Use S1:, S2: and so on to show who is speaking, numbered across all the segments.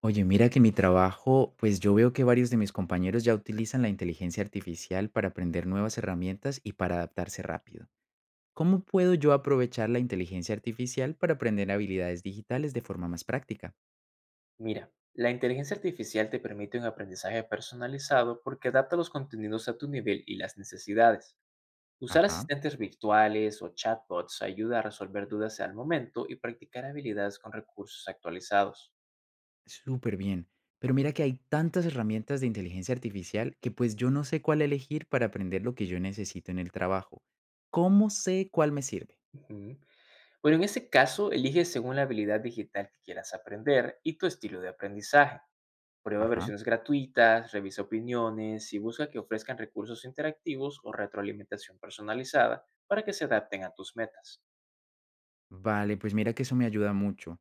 S1: Oye, mira que en mi trabajo, pues yo veo que varios de mis compañeros ya utilizan la inteligencia artificial para aprender nuevas herramientas y para adaptarse rápido. ¿Cómo puedo yo aprovechar la inteligencia artificial para aprender habilidades digitales de forma más práctica?
S2: Mira, la inteligencia artificial te permite un aprendizaje personalizado porque adapta los contenidos a tu nivel y las necesidades. Usar
S1: Ajá,
S2: asistentes virtuales o chatbots ayuda a resolver dudas al momento y practicar habilidades con recursos actualizados.
S1: súper bien. Pero mira que hay tantas herramientas de inteligencia artificial que pues yo no sé cuál elegir para aprender lo que yo necesito en el trabajo. ¿Cómo sé cuál me sirve?
S2: Ujú. Bueno, en ese caso, elige según la habilidad digital que quieras aprender y tu estilo de aprendizaje. Prueba
S1: Ajá.
S2: versiones gratuitas, revisa opiniones y busca que ofrezcan recursos interactivos o retroalimentación personalizada para que se adapten a tus metas.
S1: Vale, pues mira que eso me ayuda mucho.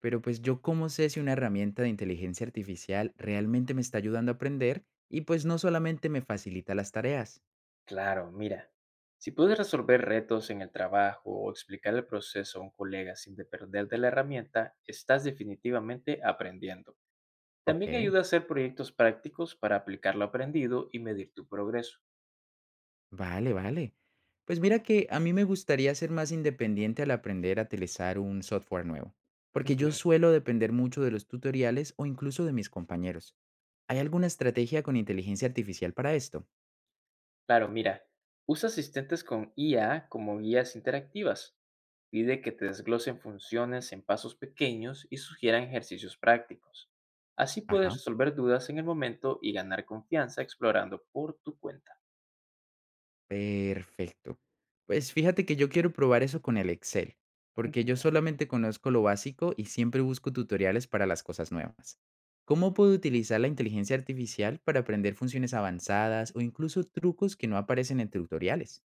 S1: Pero pues yo cómo sé si una herramienta de inteligencia artificial realmente me está ayudando a aprender y pues no solamente me facilita las tareas.
S2: Claro, mira, si puedes resolver retos en el trabajo o explicar el proceso a un colega sin depender de la herramienta, estás definitivamente aprendiendo. También
S1: Ok,
S2: ayuda a hacer proyectos prácticos para aplicar lo aprendido y medir tu progreso.
S1: vale, vale. Pues mira que a mí me gustaría ser más independiente al aprender a utilizar un software nuevo, porque yo
S2: Ujú.
S1: suelo depender mucho de los tutoriales o incluso de mis compañeros. ¿Hay alguna estrategia con inteligencia artificial para esto?
S2: Claro, mira, usa asistentes con IA como guías interactivas. Pide que te desglosen funciones en pasos pequeños y sugieran ejercicios prácticos. Así puedes
S1: Ajá.
S2: resolver dudas en el momento y ganar confianza explorando por tu cuenta.
S1: Perfecto. Pues fíjate que yo quiero probar eso con el Excel, porque yo solamente conozco lo básico y siempre busco tutoriales para las cosas nuevas. ¿Cómo puedo utilizar la inteligencia artificial para aprender funciones avanzadas o incluso trucos que no aparecen en tutoriales?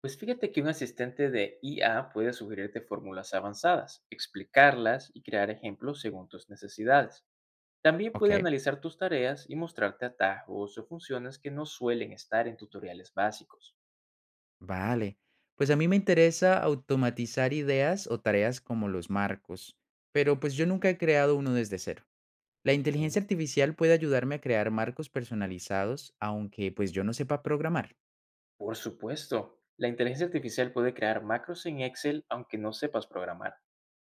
S2: Pues fíjate que un asistente de IA puede sugerirte fórmulas avanzadas, explicarlas y crear ejemplos según tus necesidades. También
S1: Ok,
S2: puede analizar tus tareas y mostrarte atajos o funciones que no suelen estar en tutoriales básicos.
S1: vale, pues a mí me interesa automatizar ideas o tareas como los marcos, pero pues yo nunca he creado uno desde cero. La
S2: Ujú.
S1: inteligencia artificial puede ayudarme a crear marcos personalizados, aunque pues yo no sepa programar.
S2: Por supuesto, la inteligencia artificial puede crear macros en Excel aunque no sepas programar.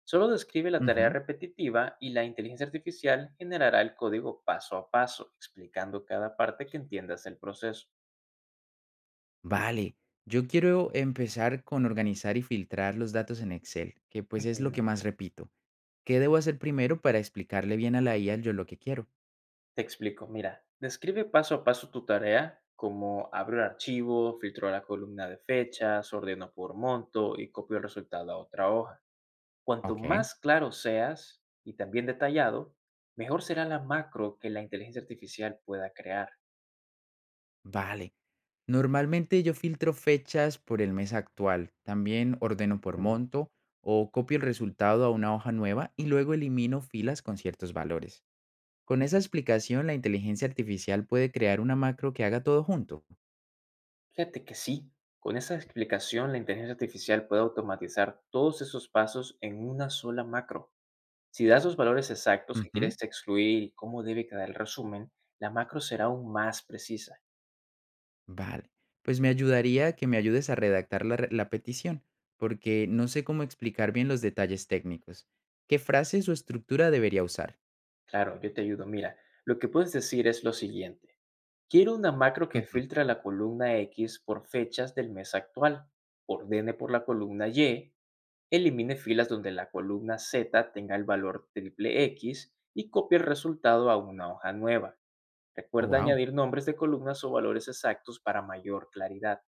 S2: Solo describe la tarea
S1: Ujú.
S2: repetitiva y la inteligencia artificial generará el código paso a paso, explicando cada parte que entiendas el proceso.
S1: Vale, yo quiero empezar con organizar y filtrar los datos en Excel, que pues es lo
S2: Ujú.
S1: que más repito. ¿Qué debo hacer primero para explicarle bien a la IA yo lo que quiero?
S2: Te explico, mira, describe paso a paso tu tarea, como abro el archivo, filtro la columna de fechas, ordeno por monto y copio el resultado a otra hoja. Cuanto
S1: Ok,
S2: más claro seas y también detallado, mejor será la macro que la inteligencia artificial pueda crear.
S1: vale. Normalmente yo filtro fechas por el mes actual, también ordeno por
S2: Ujú.
S1: monto o copio el resultado a una hoja nueva y luego elimino filas con ciertos valores. Con esa explicación, la inteligencia artificial puede crear una macro que haga todo junto.
S2: Fíjate que sí, con esa explicación la inteligencia artificial puede automatizar todos esos pasos en una sola macro. Si das los valores exactos que
S1: Ujú.
S2: quieres excluir y cómo debe quedar el resumen, la macro será aún más precisa.
S1: Vale, pues me ayudaría que me ayudes a redactar la petición, porque no sé cómo explicar bien los detalles técnicos. ¿Qué frases o estructura debería usar?
S2: Claro, yo te ayudo. Mira, lo que puedes decir es lo siguiente. Quiero una macro que
S1: Ujú.
S2: filtre la columna X por fechas del mes actual, ordene por la columna Y, elimine filas donde la columna Z tenga el valor triple X y copie el resultado a una hoja nueva.
S1: Oh,
S2: Recuerda
S1: wow.
S2: añadir nombres de columnas o valores exactos para mayor claridad.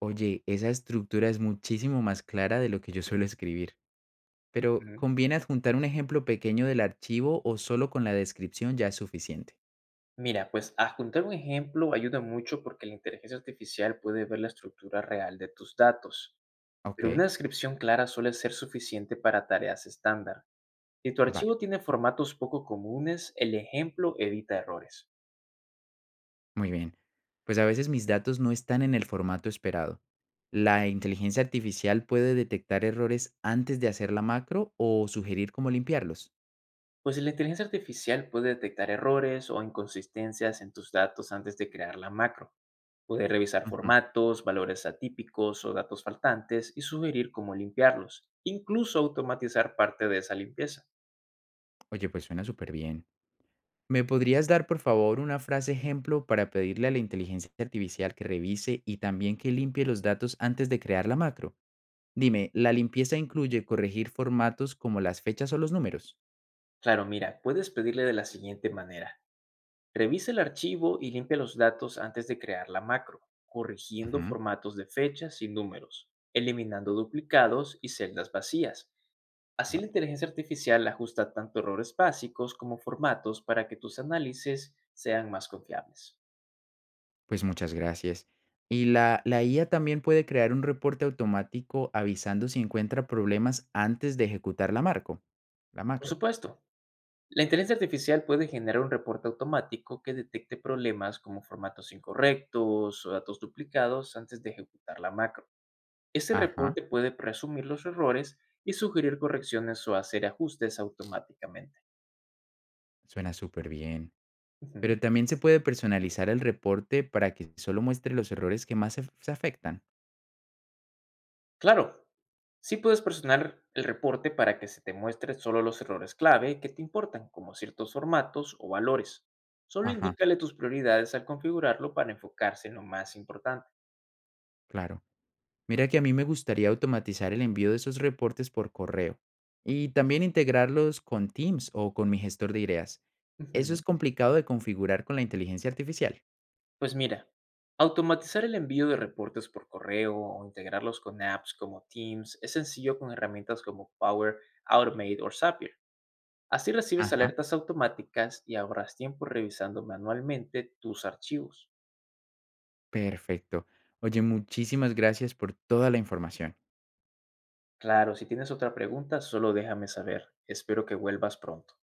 S1: Oye, esa estructura es muchísimo más clara de lo que yo suelo escribir, pero
S2: Ujú.
S1: ¿conviene adjuntar un ejemplo pequeño del archivo o solo con la descripción ya es suficiente?
S2: Mira, pues adjuntar un ejemplo ayuda mucho porque la inteligencia artificial puede ver la estructura real de tus datos,
S1: Ok,
S2: pero una descripción clara suele ser suficiente para tareas estándar. Si tu
S1: vale.
S2: archivo tiene formatos poco comunes, el ejemplo evita errores,
S1: Muy bien. Pues a veces mis datos no están en el formato esperado. ¿La inteligencia artificial puede detectar errores antes de hacer la macro o sugerir cómo limpiarlos?
S2: pues la inteligencia artificial puede detectar errores o inconsistencias en tus datos antes de crear la macro. Puede revisar
S1: Ujú.
S2: formatos, valores atípicos o datos faltantes y sugerir cómo limpiarlos, incluso automatizar parte de esa limpieza.
S1: Oye, pues suena súper bien. ¿Me podrías dar, por favor, una frase ejemplo para pedirle a la inteligencia artificial que revise y también que limpie los datos antes de crear la macro? Dime, ¿la limpieza incluye corregir formatos como las fechas o los números?
S2: Claro, mira, puedes pedirle de la siguiente manera. Revisa el archivo y limpia los datos antes de crear la macro, corrigiendo
S1: Ujú,
S2: formatos de fechas y números, eliminando duplicados y celdas vacías. Así la
S1: vale.
S2: inteligencia artificial ajusta tanto errores básicos como formatos para que tus análisis sean más confiables.
S1: Pues muchas gracias. Y la IA también puede crear un reporte automático avisando si encuentra problemas antes de ejecutar la
S2: Por
S1: macro.
S2: supuesto, la inteligencia artificial puede generar un reporte automático que detecte problemas como formatos incorrectos o datos duplicados antes de ejecutar la macro. Ese
S1: Ajá,
S2: reporte puede presumir los errores y sugerir correcciones o hacer ajustes automáticamente.
S1: suena súper bien.
S2: Ujú.
S1: Pero también se puede personalizar el reporte para que solo muestre los errores que más se afectan.
S2: Claro, sí puedes personalizar el reporte para que se te muestre solo los errores clave que te importan, como ciertos formatos o valores. Solo
S1: Ajá,
S2: indícale tus prioridades al configurarlo para enfocarse en lo más importante.
S1: claro. Mira que a mí me gustaría automatizar el envío de esos reportes por correo y también integrarlos con Teams o con mi gestor de ideas. Eso
S2: Ujú.
S1: es complicado de configurar con la inteligencia artificial.
S2: Pues mira, automatizar el envío de reportes por correo o integrarlos con apps como Teams es sencillo con herramientas como Power Automate o Zapier. Así recibes
S1: Ajá.
S2: alertas automáticas y ahorras tiempo revisando manualmente tus archivos.
S1: Perfecto. Oye, muchísimas gracias por toda la información.
S2: Claro, si tienes otra pregunta, solo déjame saber. Espero que vuelvas pronto.